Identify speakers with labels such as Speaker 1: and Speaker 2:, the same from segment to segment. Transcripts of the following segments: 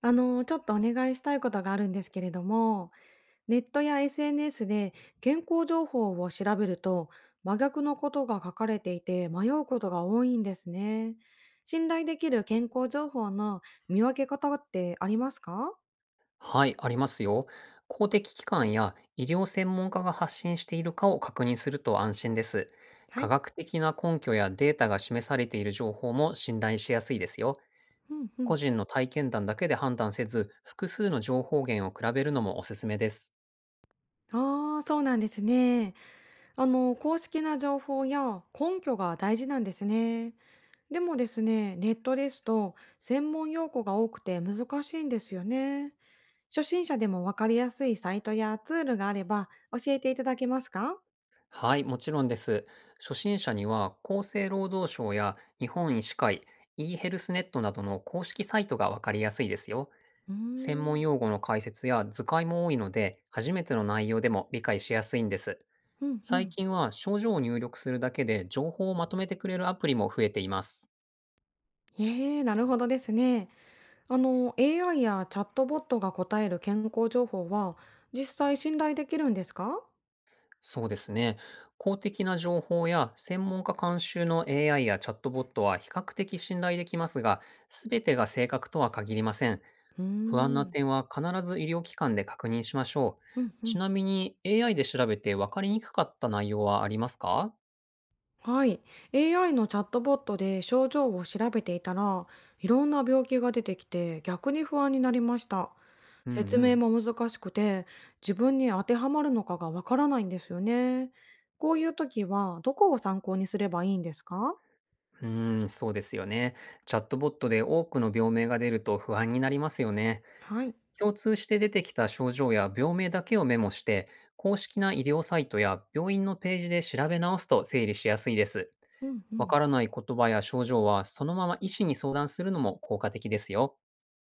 Speaker 1: ちょっとお願いしたいことがあるんですけれども、ネットや SNS で健康情報を調べると、真逆のことが書かれていて迷うことが多いんですね。信頼できる健康情報の見分け方ってありますか？
Speaker 2: はい、ありますよ。公的機関や医療専門家が発信しているかを確認すると安心です。
Speaker 1: は
Speaker 2: 科
Speaker 1: い。
Speaker 2: 学的な根拠やデータが示されている情報も信頼しやすいですよ。
Speaker 1: うんう
Speaker 2: 個
Speaker 1: ん。
Speaker 2: 人の体験談だけで判断せず、複数の情報源を比べるのもおすすめです。
Speaker 1: ああ、そうなんですね。公式な情報や根拠が大事なんですね。でもですね、ネットですと専門用語が多くて難しいんですよね。初心者でもわかりやすいサイトやツールがあれば教えていただけますか？
Speaker 2: はい、もちろんです。初心者には厚生労働省や日本医師会、e ヘルスネットなどの公式サイトがわかりやすいですよ。
Speaker 1: うー
Speaker 2: 専門
Speaker 1: ん、
Speaker 2: 用語の解説や図解も多いので、初めての内容でも理解しやすいんです。
Speaker 1: うんう
Speaker 2: 最
Speaker 1: ん。
Speaker 2: 近は症状を入力するだけで情報をまとめてくれるアプリも増えています。
Speaker 1: ええ、なるほどですね。AI やチャットボットが答える健康情報は実際信頼できるんですか？
Speaker 2: そうですね。公的な情報や専門家監修の AI やチャットボットは比較的信頼できますが、すべてが正確とは限りません。
Speaker 1: うー
Speaker 2: 不安な
Speaker 1: ん、
Speaker 2: 点は必ず医療機関で確認しましょう。
Speaker 1: うんう
Speaker 2: ち
Speaker 1: ん。
Speaker 2: なみに AI で調べて分かりにくかった内容はありますか？
Speaker 1: はい。AI のチャットボットで症状を調べていたら、いろんな病気が出てきて逆に不安になりました。
Speaker 2: うんう
Speaker 1: 説明
Speaker 2: ん。
Speaker 1: も難しくて、自分に当てはまるのかがわからないんですよね。こういう時はどこを参考にすればいいんですか？
Speaker 2: うーん、そうですよね。チャットボットで多くの病名が出ると不安になりますよね。
Speaker 1: はい。
Speaker 2: 共通して出てきた症状や病名だけをメモして、公式な医療サイトや病院のページで調べ直すと整理しやすいです。
Speaker 1: うんう
Speaker 2: わ
Speaker 1: ん。
Speaker 2: からない言葉や症状は、そのまま医師に相談するのも効果的ですよ。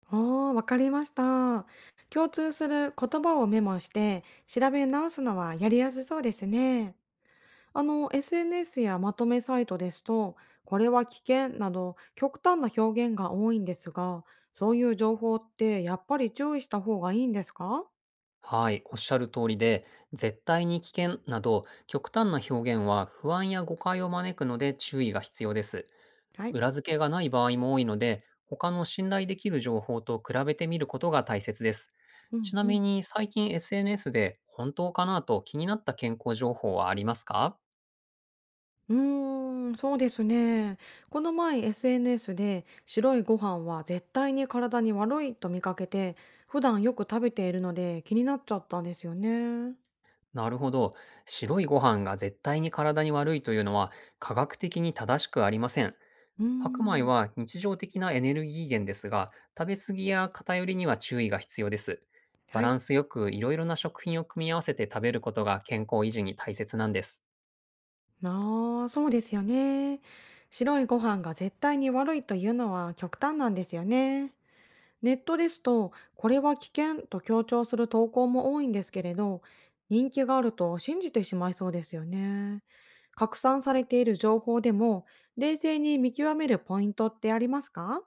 Speaker 1: ああ、わかりました。共通する言葉をメモして調べ直すのはやりやすそうですね。SNS やまとめサイトですと、これは危険など極端な表現が多いんですが、そういう情報ってやっぱり注意した方がいいんですか？
Speaker 2: はい、おっしゃる通りで、絶対に危険など、極端な表現は不安や誤解を招くので注意が必要です。
Speaker 1: はい。
Speaker 2: 裏付けがない場合も多いので、他の信頼できる情報と比べてみることが大切です。
Speaker 1: う
Speaker 2: ち
Speaker 1: ん
Speaker 2: な
Speaker 1: う
Speaker 2: み
Speaker 1: ん。
Speaker 2: に最近 SNS で本当かなと気になった健康情報はありますか？
Speaker 1: うーん、そうですね。この前 SNS で白いご飯は絶対に体に悪いと見かけて、普段よく食べているので気になっちゃったんですよね。
Speaker 2: なるほど。白いご飯が絶対に体に悪いというのは科学的に正しくありません。
Speaker 1: うー
Speaker 2: 白米
Speaker 1: ん。
Speaker 2: は日常的なエネルギー源ですが、食べ過ぎや偏りには注意が必要です。バ
Speaker 1: は
Speaker 2: ラ
Speaker 1: い。
Speaker 2: ンスよくいろいろな食品を組み合わせて食べることが健康維持に大切なんです。
Speaker 1: ああ、そうですよね。白いご飯が絶対に悪いというのは極端なんですよね。ネットですと、これは危険と強調する投稿も多いんですけれど、人気があると信じてしまいそうですよね。拡散されている情報でも、冷静に見極めるポイントってありますか？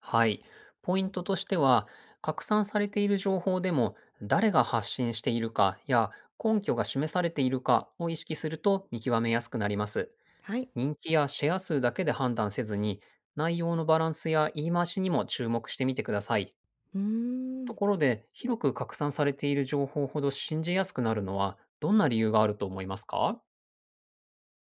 Speaker 2: はい。ポイントとしては、拡散されている情報でも、誰が発信しているかや根拠が示されているかを意識すると見極めやすくなります。
Speaker 1: はい。
Speaker 2: 人気やシェア数だけで判断せずに、内容のバランスや言い回しにも注目してみてください。
Speaker 1: うーん。
Speaker 2: ところで、広く拡散されている情報ほど信じやすくなるのは、どんな理由があると思いますか？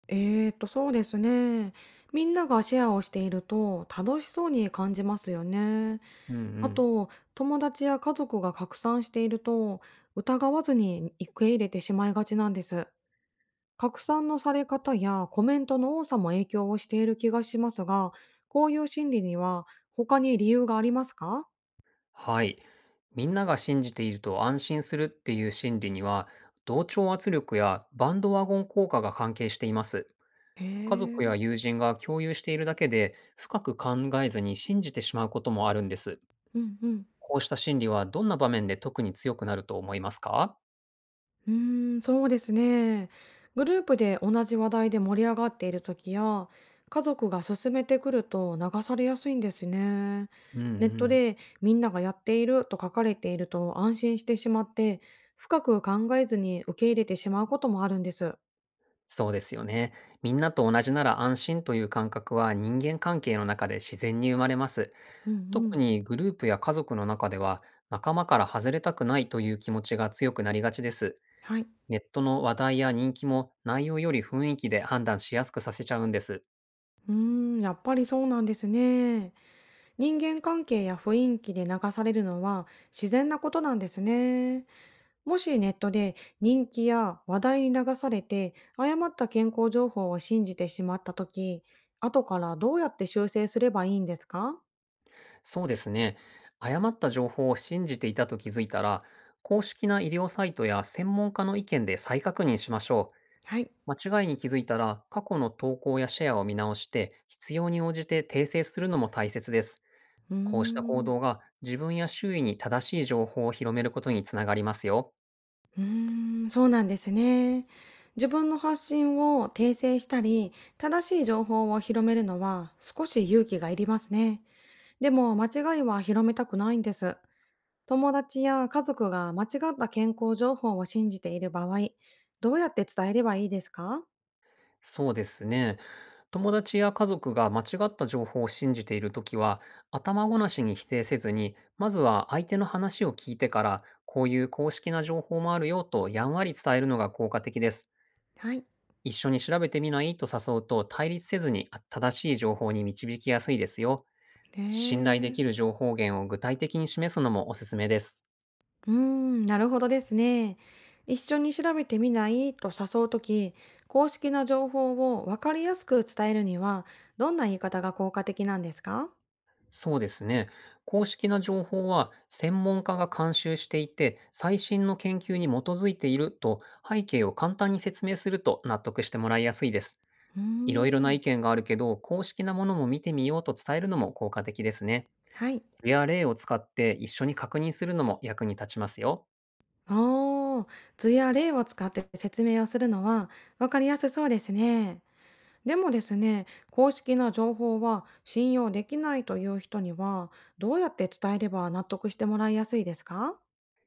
Speaker 1: そうですね。みんながシェアをしていると楽しそうに感じますよね。
Speaker 2: うんう
Speaker 1: あ
Speaker 2: ん。
Speaker 1: と、友達や家族が拡散していると、疑わずに受け入れてしまいがちなんです。拡散のされ方やコメントの多さも影響をしている気がしますが、こういう心理には他に理由がありますか？
Speaker 2: はい。みんなが信じていると安心するっていう心理には、同調圧力やバンドワゴン効果が関係しています。
Speaker 1: へ
Speaker 2: 家族
Speaker 1: え。
Speaker 2: や友人が共有しているだけで、深く考えずに信じてしまうこともあるんです。
Speaker 1: うんうん。
Speaker 2: こうした心理はどんな場面で特に強くなると思いますか？
Speaker 1: うーん、そうですね。グループで同じ話題で盛り上がっている時や、家族が勧めてくると流されやすいんですね。
Speaker 2: うんう
Speaker 1: ネット
Speaker 2: ん。
Speaker 1: でみんながやっていると書かれていると安心してしまって、深く考えずに受け入れてしまうこともあるんです。
Speaker 2: そうですよね。みんなと同じなら安心という感覚は人間関係の中で自然に生まれます。
Speaker 1: うんう
Speaker 2: 特
Speaker 1: ん。
Speaker 2: にグループや家族の中では、仲間から外れたくないという気持ちが強くなりがちです。
Speaker 1: はい。
Speaker 2: ネットの話題や人気も内容より雰囲気で判断しやすくさせちゃうんです。
Speaker 1: うーん、やっぱりそうなんですね。人間関係や雰囲気で流されるのは自然なことなんですね。もしネットで人気や話題に流されて誤った健康情報を信じてしまった時、後からどうやって修正すればいいんですか？
Speaker 2: そうですね。誤った情報を信じていたと気づいたら、公式な医療サイトや専門家の意見で再確認しましょ
Speaker 1: はい。
Speaker 2: う。間違いに気づいたら、過去の投稿やシェアを見直して、必要に応じて訂正するのも大切です。
Speaker 1: うー
Speaker 2: こうした行
Speaker 1: ん、
Speaker 2: 動が自分や周囲に正しい情報を広めることにつながりますよ。
Speaker 1: うーん、そうなんですね。自分の発信を訂正したり、正しい情報を広めるのは少し勇気がいりますね。でも間違いは広めたくないんです。友達や家族が間違った健康情報を信じている場合、どうやって伝えればいいですか？
Speaker 2: そうですね。友達や家族が間違った情報を信じているときは、頭ごなしに否定せずに、まずは相手の話を聞いてから、こういう公式な情報もあるよとやんわり伝えるのが効果的です。
Speaker 1: はい。
Speaker 2: 一緒に調べてみないと誘うと対立せずに正しい情報に導きやすいですよ。信
Speaker 1: ね
Speaker 2: 頼で
Speaker 1: え。
Speaker 2: きる情報源を具体的に示すのもおすすめです。
Speaker 1: うーん、なるほどですね。一緒に調べてみないと誘うとき、公式な情報を分かりやすく伝えるには、どんな言い方が効果的なんですか？
Speaker 2: そうですね。公式な情報は専門家が監修していて、最新の研究に基づいていると背景を簡単に説明すると納得してもらいやすいです。
Speaker 1: うー
Speaker 2: いろいろな
Speaker 1: ん。
Speaker 2: 意見があるけど、公式なものも見てみようと伝えるのも効果的ですね。
Speaker 1: はい。
Speaker 2: 図や例を使って一緒に確認するのも役に立ちますよ。
Speaker 1: おー、図や例を使って説明をするのは分かりやすそうですね。でもですね、公式な情報は信用できないという人には、どうやって伝えれば納得してもらいやすいですか？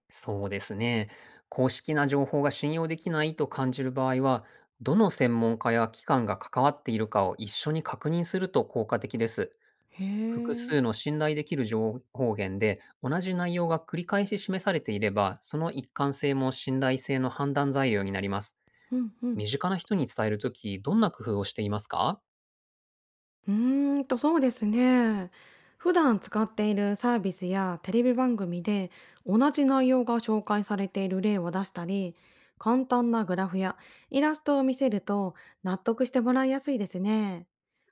Speaker 2: そうですね。公式な情報が信用できないと感じる場合は、どの専門家や機関が関わっているかを一緒に確認すると効果的です。
Speaker 1: へ
Speaker 2: 複
Speaker 1: え。
Speaker 2: 数の信頼できる情報源で同じ内容が繰り返し示されていれば、その一貫性も信頼性の判断材料になります。
Speaker 1: うんうん。
Speaker 2: 身近な人に伝えるとき、どんな工夫をしていますか？
Speaker 1: うーんと、そうですね。普段使っているサービスやテレビ番組で同じ内容が紹介されている例を出したり、簡単なグラフやイラストを見せると納得してもらいやすいですね。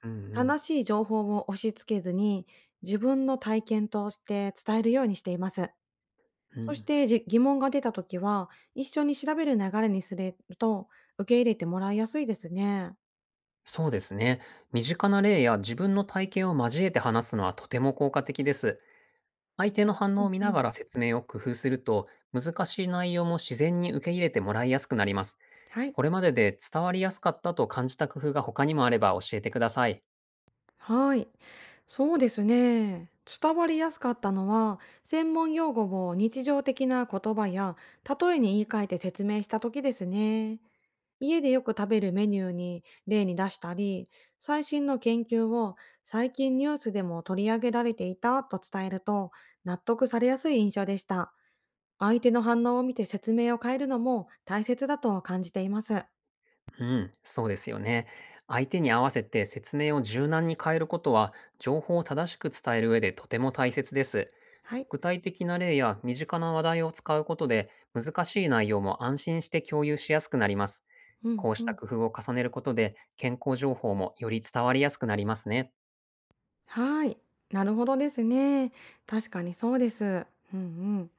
Speaker 2: うんうん。
Speaker 1: 正しい情報を押し付けずに自分の体験として伝えるようにしています。
Speaker 2: う
Speaker 1: そし
Speaker 2: ん、
Speaker 1: て疑問が出た時は一緒に調べる流れにすると受け入れてもらいやすいですね。
Speaker 2: そうですね。身近な例や自分の体験を交えて話すのはとても効果的です。相手の反
Speaker 1: う
Speaker 2: 応を
Speaker 1: ん
Speaker 2: 見
Speaker 1: う
Speaker 2: な
Speaker 1: ん。
Speaker 2: がら説明を工夫すると、難しい内容も自然に受け入れてもらいやすくなります。
Speaker 1: はい。
Speaker 2: これまでで伝わりやすかったと感じた工夫が他にもあれば教えてください。
Speaker 1: はい。そうですね。伝わりやすかったのは、専門用語を日常的な言葉や例えに言い換えて説明した時ですね。家でよく食べるメニューに例に出したり、最新の研究を最近ニュースでも取り上げられていたと伝えると、納得されやすい印象でした。相手の反応を見て説明を変えるのも大切だと感じています。
Speaker 2: うん、そうですよね。相手に合わせて説明を柔軟に変えることは、情報を正しく伝える上でとても大切です。
Speaker 1: はい。
Speaker 2: 具体的な例や身近な話題を使うことで、難しい内容も安心して共有しやすくなります。
Speaker 1: うん。
Speaker 2: こうした工夫を重ねることで、健康情報もより伝わりやすくなりますね。
Speaker 1: はい、なるほどですね。確かにそうです。うんうん。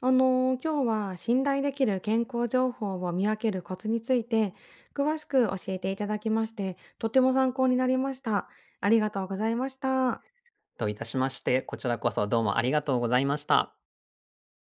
Speaker 1: 今日は信頼できる健康情報を見分けるコツについて詳しく教えていただきまして、とても参考になりました。ありがとうございました。
Speaker 2: といたしまして、こちらこそどうもありがとうございました。